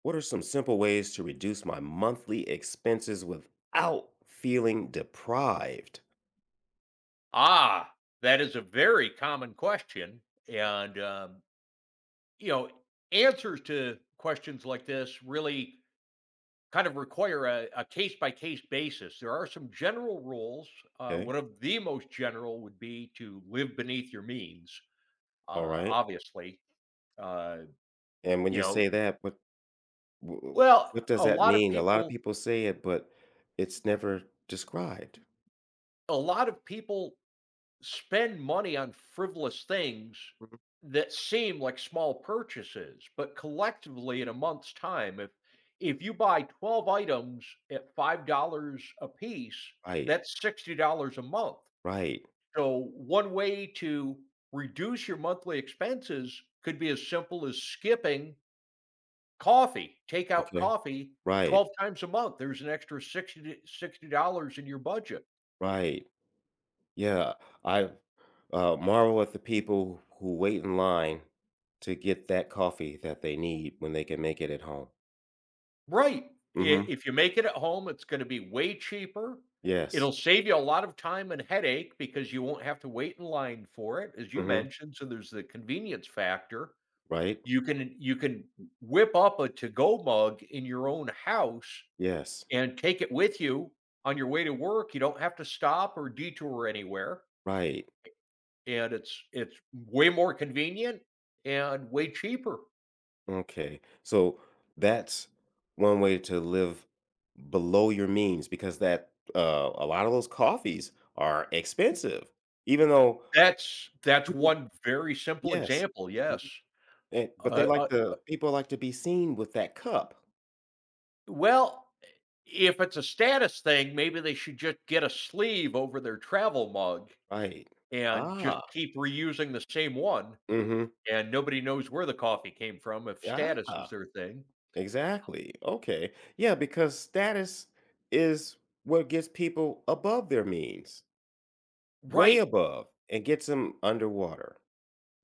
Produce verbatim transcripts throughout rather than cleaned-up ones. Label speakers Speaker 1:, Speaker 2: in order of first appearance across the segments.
Speaker 1: What are some simple ways to reduce my monthly expenses without feeling deprived?
Speaker 2: Ah, that is a very common question. And, um, you know, answers to questions like this really kind of require a, a case-by-case basis. There are some general rules. Uh,
Speaker 1: Okay.
Speaker 2: one of the most general would be to live beneath your means,
Speaker 1: All
Speaker 2: uh,
Speaker 1: right.
Speaker 2: obviously. Uh,
Speaker 1: And when
Speaker 2: you
Speaker 1: you
Speaker 2: know,
Speaker 1: say that, what wh-
Speaker 2: well,
Speaker 1: what does
Speaker 2: a
Speaker 1: that
Speaker 2: lot of
Speaker 1: mean? A lot of
Speaker 2: people,
Speaker 1: people say it, but it's never described.
Speaker 2: a lot of people spend money on frivolous things
Speaker 1: Mhm.
Speaker 2: that seem like small purchases, but collectively in a month's time, if if you buy twelve items at five dollars a piece,
Speaker 1: Right.
Speaker 2: that's sixty dollars a month.
Speaker 1: Right.
Speaker 2: So one way to reduce your monthly expenses could be as simple as skipping coffee, take out
Speaker 1: Okay.
Speaker 2: coffee twelve
Speaker 1: Right.
Speaker 2: times a month. There's an extra sixty dollars in your budget.
Speaker 1: Right. Yeah. I uh, marvel at the people who wait in line to get that coffee that they need when they can make it at home.
Speaker 2: Right. I
Speaker 1: Hmm.
Speaker 2: if you make it at home, it's gonna be way cheaper.
Speaker 1: Yes.
Speaker 2: It'll save you a lot of time and headache because you won't have to wait in line for it, as you
Speaker 1: Hmm.
Speaker 2: mentioned, so there's the convenience factor.
Speaker 1: Right.
Speaker 2: You can you can whip up a to-go mug in your own house
Speaker 1: Yes.
Speaker 2: and take it with you on your way to work. You don't have to stop or detour anywhere,
Speaker 1: Right.
Speaker 2: and it's it's way more convenient and way cheaper.
Speaker 1: Okay. So that's one way to live below your means because that uh, a lot of those coffees are expensive, even though
Speaker 2: That's that's
Speaker 1: people,
Speaker 2: one very simple
Speaker 1: yes.
Speaker 2: example, yes.
Speaker 1: Mhm. and, but they
Speaker 2: Uh,
Speaker 1: like
Speaker 2: uh
Speaker 1: to people like to be seen with that cup.
Speaker 2: Well, if it's a status thing, maybe they should just get a sleeve over their travel mug
Speaker 1: Right.
Speaker 2: and just
Speaker 1: Ah.
Speaker 2: keep reusing the same one,
Speaker 1: Mm-hmm.
Speaker 2: and nobody knows where the coffee came from if status is
Speaker 1: Ah.
Speaker 2: their thing.
Speaker 1: Exactly. Okay. Yeah, because status is what gets people above their means, way
Speaker 2: Right.
Speaker 1: above, and gets them underwater.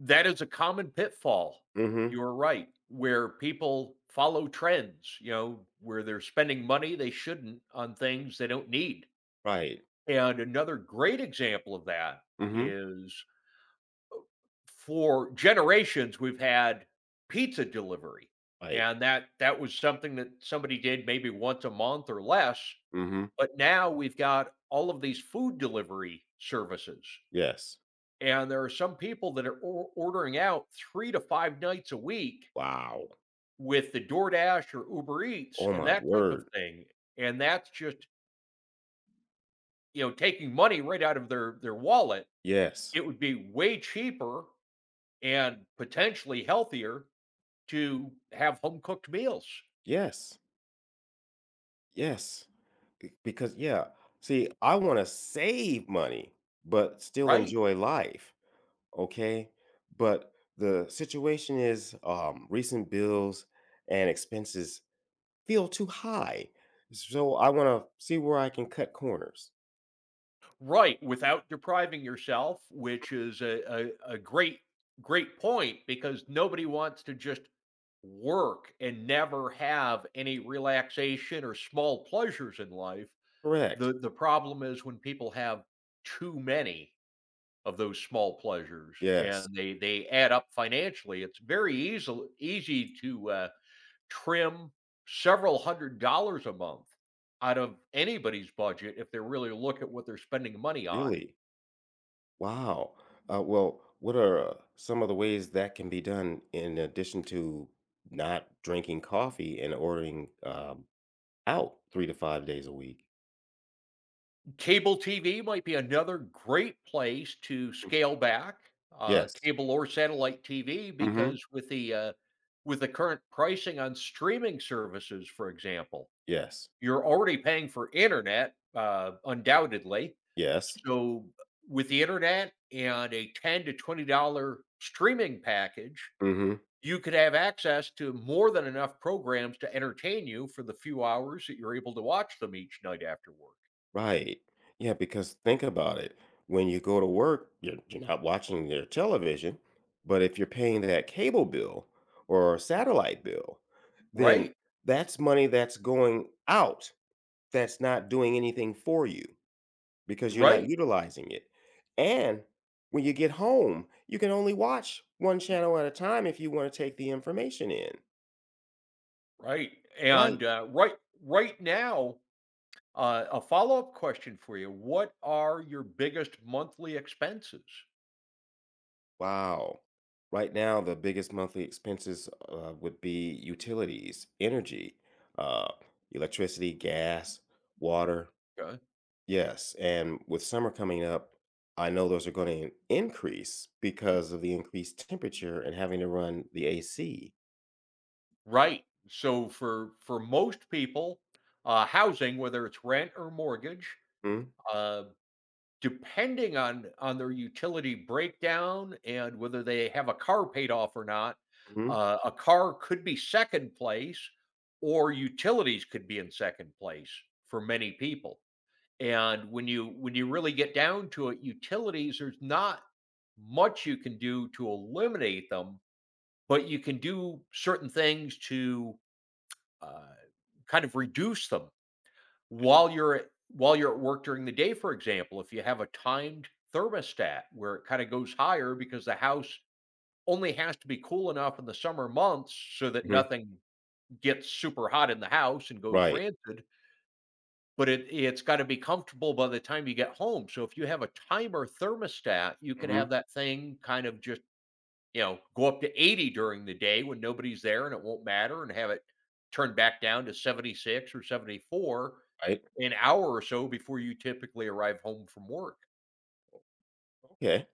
Speaker 2: That is a common pitfall.
Speaker 1: Mm-hmm.
Speaker 2: You're right, where people follow trends, you know, where they're spending money they shouldn't on things they don't need.
Speaker 1: Right.
Speaker 2: And another great example of that
Speaker 1: Mhm.
Speaker 2: is for generations we've had pizza delivery,
Speaker 1: Like.
Speaker 2: and that that was something that somebody did maybe once a month or less,
Speaker 1: Mhm.
Speaker 2: but now we've got all of these food delivery services,
Speaker 1: Yes.
Speaker 2: and there are some people that are or ordering out three to five nights a week
Speaker 1: Wow.
Speaker 2: with the DoorDash or Uber Eats
Speaker 1: Oh
Speaker 2: and
Speaker 1: my
Speaker 2: that type of
Speaker 1: word.
Speaker 2: thing, and that's just, you know, taking money right out of their their wallet.
Speaker 1: Yes.
Speaker 2: It would be way cheaper and potentially healthier to have home cooked meals.
Speaker 1: Yes. Yes. Be- Because yeah, see, I want to save money but still
Speaker 2: Right,
Speaker 1: enjoy life, okay? But the situation is um recent bills and expenses feel too high. So I want to see where I can cut corners.
Speaker 2: right, without depriving yourself, which is a, a, a great, great point because nobody wants to just work and never have any relaxation or small pleasures in life.
Speaker 1: Correct.
Speaker 2: The the problem is when people have too many of those small pleasures and
Speaker 1: Yes.
Speaker 2: they they add up financially. It's very easy easy to uh, trim several hundred dollars a month out of anybody's budget if they really look at what they're spending money on.
Speaker 1: Really. Wow. Uh, well, what are uh, some of the ways that can be done in addition to not drinking coffee and ordering um, out three to five days a week?
Speaker 2: Cable T V might be another great place to
Speaker 1: Mm.
Speaker 2: scale back, uh,
Speaker 1: Yes.
Speaker 2: cable or satellite T V
Speaker 1: Mm-hmm.
Speaker 2: because with the uh, with the current pricing on streaming services, for example,
Speaker 1: Yes.
Speaker 2: you're already paying for internet, uh, undoubtedly.
Speaker 1: Yes.
Speaker 2: So with the internet and a ten to twenty dollar streaming package,
Speaker 1: Mm-hmm.
Speaker 2: you could have access to more than enough programs to entertain you for the few hours that you're able to watch them each night after work.
Speaker 1: Right. Yeah, because think about it. When you go to work, you're, you're not watching your television, but if you're paying that cable bill or satellite bill, then
Speaker 2: Right,
Speaker 1: that's money that's going out that's not doing anything for you. because you're not
Speaker 2: right,
Speaker 1: utilizing it. And when you get home, you can only watch one channel at a time if you want to take the information in,
Speaker 2: right.
Speaker 1: right?
Speaker 2: And, uh, right, right now, uh, a follow up question for you: what are your biggest monthly expenses?
Speaker 1: Wow. Right now, the biggest monthly expenses uh, would be utilities, energy, uh, electricity, gas, water.
Speaker 2: Okay.
Speaker 1: Yes. And with summer coming up, I know those are going to increase because of the increased temperature and having to run the A C.
Speaker 2: Right. So for for most people, uh, housing, whether it's rent or mortgage,
Speaker 1: Mm-hmm.
Speaker 2: uh, depending on on their utility breakdown and whether they have a car paid off or not, uh, a car could be second place, or utilities could be in second place for many people. And when you when you really get down to it, utilities, there's not much you can do to eliminate them, but you can do certain things to uh, kind of reduce them while you're at while you're at work during the day. For example, if you have a timed thermostat where it kinda goes higher because the house only has to be cool enough in the summer months so that
Speaker 1: Hmm.
Speaker 2: nothing gets super hot in the house and goes
Speaker 1: Right.
Speaker 2: rancid, but it it's gotta be comfortable by the time you get home. So if you have a timer thermostat, you could
Speaker 1: Hmm.
Speaker 2: have that thing kind of just, you know, go up to eighty during the day when nobody's there and it won't matter, and have it turned back down to seventy-six or seventy-four
Speaker 1: Right.
Speaker 2: an hour or so before you typically arrive home from work.
Speaker 1: Okay.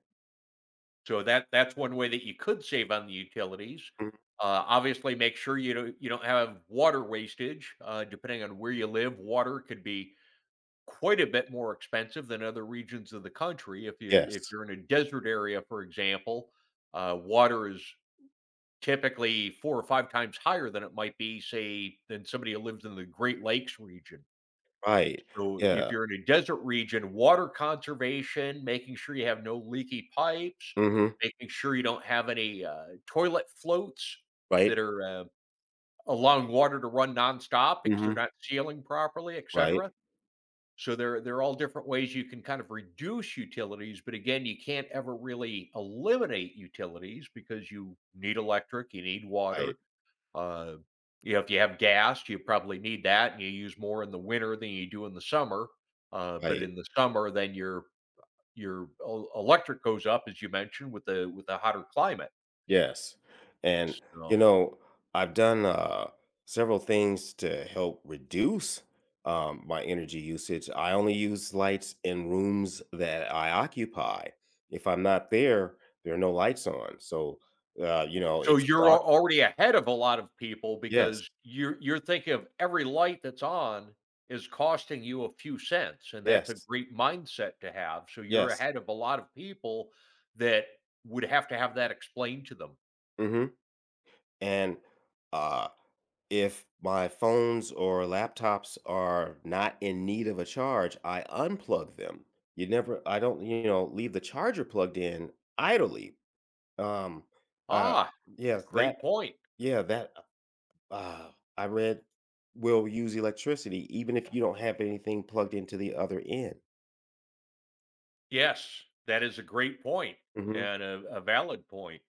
Speaker 2: So that that's one way that you could save on the utilities.
Speaker 1: Mhm.
Speaker 2: Uh, obviously, make sure you don't you don't have water wastage. Uh, depending on where you live, water could be quite a bit more expensive than other regions of the country. If you if
Speaker 1: Yes.
Speaker 2: you're in a desert area, for example, uh, water is typically four or five times higher than it might be, say, than somebody who lives in the Great Lakes region.
Speaker 1: Right.
Speaker 2: So if
Speaker 1: Yeah.
Speaker 2: you're in a desert region, water conservation, making sure you have no leaky pipes,
Speaker 1: Mhm.
Speaker 2: making sure you don't have any uh, toilet floats that
Speaker 1: Right.
Speaker 2: are uh, allowing water to run nonstop because they're
Speaker 1: Mhm.
Speaker 2: not sealing properly, et
Speaker 1: Right.
Speaker 2: cetera. So there there are all different ways you can kind of reduce utilities, but again, you can't ever really eliminate utilities because you need electric, you need
Speaker 1: Right.
Speaker 2: water, uh, you know, if you have gas, you probably need that, and you use more in the winter than you do in the summer. Uh, but
Speaker 1: Right.
Speaker 2: in the summer, then your your el- electric goes up, as you mentioned, with the with the hotter climate.
Speaker 1: Yes. And, you
Speaker 2: So
Speaker 1: know, I've done, uh, several things to help reduce, um, my energy usage. I only use lights in rooms that I occupy. If I'm not there, there are no lights on. So, uh, you know,
Speaker 2: So
Speaker 1: it's
Speaker 2: you're
Speaker 1: dark.
Speaker 2: al- already ahead of a lot of people
Speaker 1: Yes.
Speaker 2: because you're you're thinking of every light that's on is costing you a few cents, and that's a
Speaker 1: Yes.
Speaker 2: great mindset to have. So you're
Speaker 1: Yes.
Speaker 2: ahead of a lot of people that would have to have that explained to them.
Speaker 1: Mhm. And, uh if my phones or laptops are not in need of a charge, I unplug them. You never, I don't, you know, leave the charger plugged in idly. Um, uh,
Speaker 2: Ah,
Speaker 1: yes, that,
Speaker 2: great point.
Speaker 1: yeah, that, uh, I read will use electricity even if you don't have anything plugged into the other end.
Speaker 2: Yes, that is a great point
Speaker 1: Mm-hmm.
Speaker 2: and a, a valid point.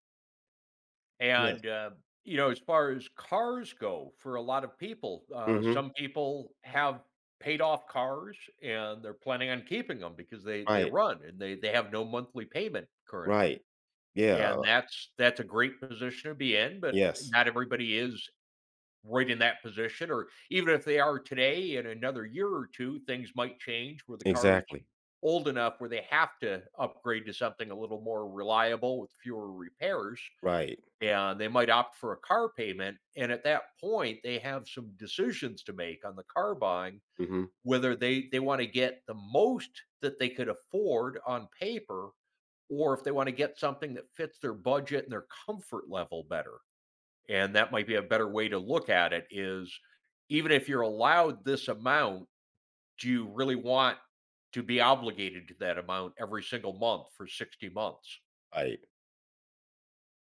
Speaker 1: Yes.
Speaker 2: And, uh, you know, as far as cars go, for a lot of people, uh,
Speaker 1: Mm-hmm.
Speaker 2: some people have paid off cars and they're planning on keeping them because they, they
Speaker 1: Right.
Speaker 2: run and they, they have no monthly payment currently.
Speaker 1: Right.
Speaker 2: And
Speaker 1: Yeah.
Speaker 2: that's that's a great position to be in, but
Speaker 1: Yes.
Speaker 2: not everybody is right in that position, or even if they are today, in another year or two things might change where the car's
Speaker 1: Exactly.
Speaker 2: old enough where they have to upgrade to something a little more reliable with fewer repairs.
Speaker 1: Right.
Speaker 2: And they might opt for a car payment. And at that point, they have some decisions to make on the car buying,
Speaker 1: Mm-hmm.
Speaker 2: whether they, they want to get the most that they could afford on paper, or if they want to get something that fits their budget and their comfort level better. And that might be a better way to look at it: is even if you're allowed this amount, do you really want to be obligated to that amount every single month for sixty months?
Speaker 1: Right.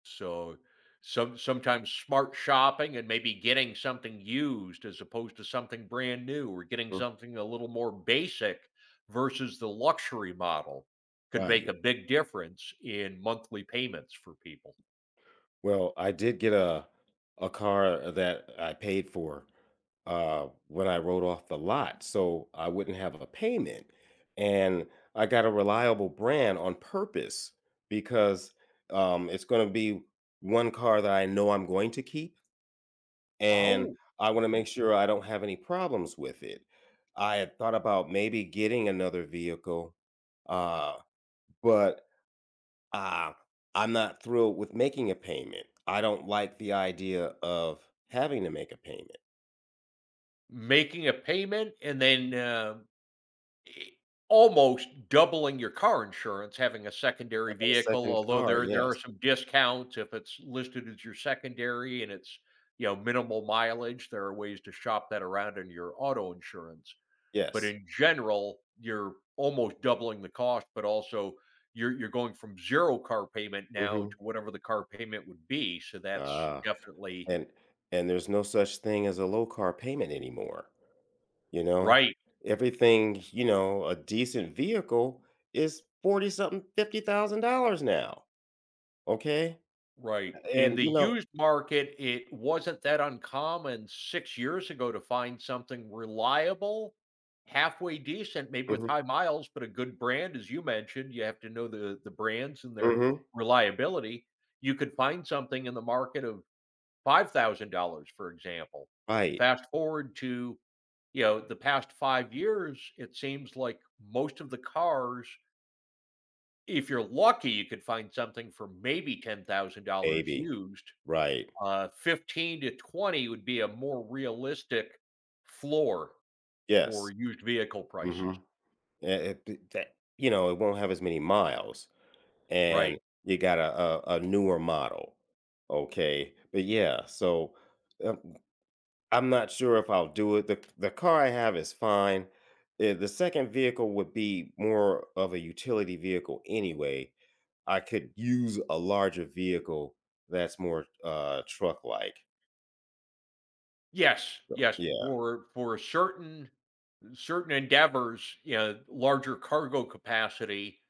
Speaker 2: So some sometimes smart shopping and maybe getting something used as opposed to something brand new, or getting
Speaker 1: Mm,
Speaker 2: something a little more basic versus the luxury model, could make
Speaker 1: right.
Speaker 2: a big difference in monthly payments for people.
Speaker 1: Well, I did get a a car uh, that I paid for uh, when I wrote off the lot, so I wouldn't have a payment. And I got a reliable brand on purpose because um, it's going to be one car that I know I'm going to keep, and
Speaker 2: Oh,
Speaker 1: I want to
Speaker 2: okay.
Speaker 1: make sure I don't have any problems with it. I had thought about maybe getting another vehicle, uh, but ah, I'm not thrilled with making a payment. I don't like the idea of having to make a payment.
Speaker 2: Making a payment, and then uh, E almost doubling your car insurance having a secondary
Speaker 1: A
Speaker 2: vehicle,
Speaker 1: second
Speaker 2: although
Speaker 1: car,
Speaker 2: there there are
Speaker 1: yes.
Speaker 2: some discounts if it's listed as your secondary and it's, you know, minimal mileage; there are ways to shop that around in your auto insurance. But
Speaker 1: Yes.
Speaker 2: in general, you're almost doubling the cost, but also you're you're going from zero car payment now
Speaker 1: Mhm.
Speaker 2: to whatever the car payment would be, so that's
Speaker 1: Ah,
Speaker 2: definitely.
Speaker 1: and and there's no such thing as a low car payment anymore, you know?
Speaker 2: Right.
Speaker 1: Everything, you know, a decent vehicle is forty something, fifty thousand dollars now, okay?
Speaker 2: Right. In
Speaker 1: And, you
Speaker 2: the
Speaker 1: know
Speaker 2: used market, it wasn't that uncommon six years ago to find something reliable, halfway decent, maybe with
Speaker 1: Mhm,
Speaker 2: high miles, but a good brand. As you mentioned, you have to know the the brands and their
Speaker 1: mhm,
Speaker 2: reliability. You could find something in the market of five thousand dollars for example.
Speaker 1: right,
Speaker 2: Fast forward to, you know, the past five years, it seems like most of the cars, if you're lucky, you could find something for maybe ten thousand dollars
Speaker 1: maybe,
Speaker 2: used.
Speaker 1: right,
Speaker 2: Uh, fifteen to twenty would be a more realistic floor for
Speaker 1: yes,
Speaker 2: used vehicle prices,
Speaker 1: mhm. Yeah, it that you know, it won't have as many miles, and
Speaker 2: right?
Speaker 1: you got a a a newer model, okay? But, yeah, so, uh, I'm not sure if I'll do it. The the car I have is fine. Eh, the second vehicle would be more of a utility vehicle anyway. I could use a larger vehicle that's more, uh, truck-like.
Speaker 2: Yes, yes.
Speaker 1: Yeah,
Speaker 2: For for certain certain endeavors, you know, larger cargo capacity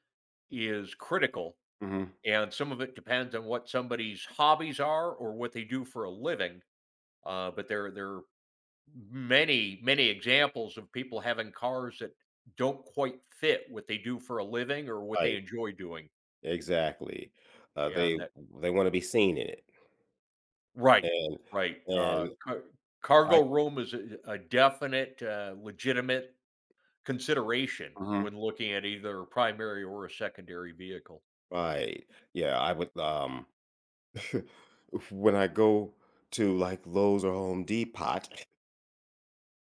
Speaker 2: is critical,
Speaker 1: mhm,
Speaker 2: and some of it depends on what somebody's hobbies are or what they do for a living. Uh, but there there are many, many examples of people having cars that don't quite fit what they do for a living or what they
Speaker 1: right,
Speaker 2: enjoy doing.
Speaker 1: exactly. Uh,
Speaker 2: Yeah,
Speaker 1: they they wanna be seen in it,
Speaker 2: right,
Speaker 1: and
Speaker 2: right,
Speaker 1: and
Speaker 2: uh, car
Speaker 1: I.
Speaker 2: cargo room is a a definite, uh, legitimate consideration
Speaker 1: Mhm.
Speaker 2: when looking at either a primary or a secondary vehicle.
Speaker 1: Right. Yeah, I would um when I go to like Lowe's or Home Depot,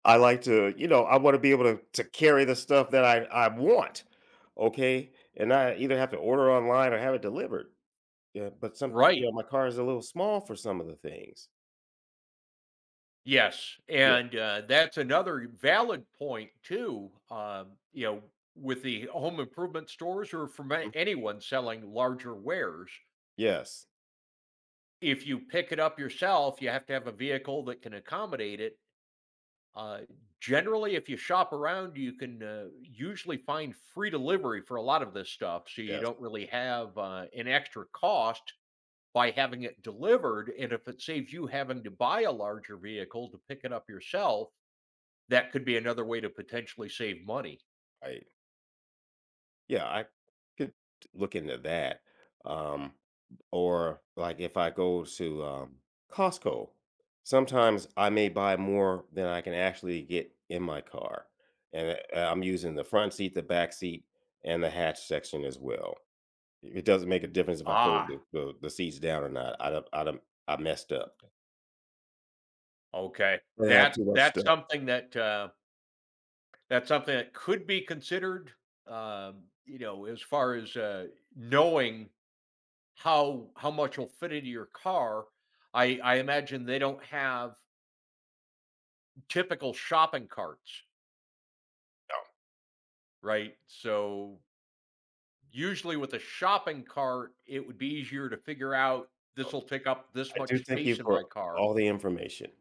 Speaker 1: I like to, you know, I want to be able to to carry the stuff that I I want. Okay? And I either have to order online or have it delivered. Yeah, but some you
Speaker 2: Right,
Speaker 1: know, my car is a little small for some of the things.
Speaker 2: yes,
Speaker 1: Yeah.
Speaker 2: and, uh, that's another valid point too, um, you know, with the home improvement stores or from a
Speaker 1: Mhm.
Speaker 2: anyone selling larger wares,
Speaker 1: Yes.
Speaker 2: if you pick it up yourself, you have to have a vehicle that can accommodate it. Uh, generally, if you shop around, you can uh, usually find free delivery for a lot of this stuff. So you
Speaker 1: Yes.
Speaker 2: don't really have uh, an extra cost by having it delivered. And if it saves you having to buy a larger vehicle to pick it up yourself, that could be another way to potentially save money.
Speaker 1: I Yeah, I could look into that. Um, or like if I go to um, Costco, sometimes I may buy more than I can actually get in my car, and I- I'm using the front seat, the back seat, and the hatch section as well. It doesn't make a difference if I fold
Speaker 2: Ah,
Speaker 1: the, the, the seats down or not. I don't, I don't, I messed up.
Speaker 2: okay.
Speaker 1: I have
Speaker 2: That's
Speaker 1: too much
Speaker 2: that's
Speaker 1: stuff.
Speaker 2: something that uh, that's something that could be considered. Um, you know, as far as uh, knowing how how much will fit into your car, I I imagine they don't have typical shopping carts, right? So usually with a shopping cart, it would be easier to figure out this will take up this
Speaker 1: I do
Speaker 2: much
Speaker 1: thank you
Speaker 2: space in
Speaker 1: for
Speaker 2: my car
Speaker 1: all the information.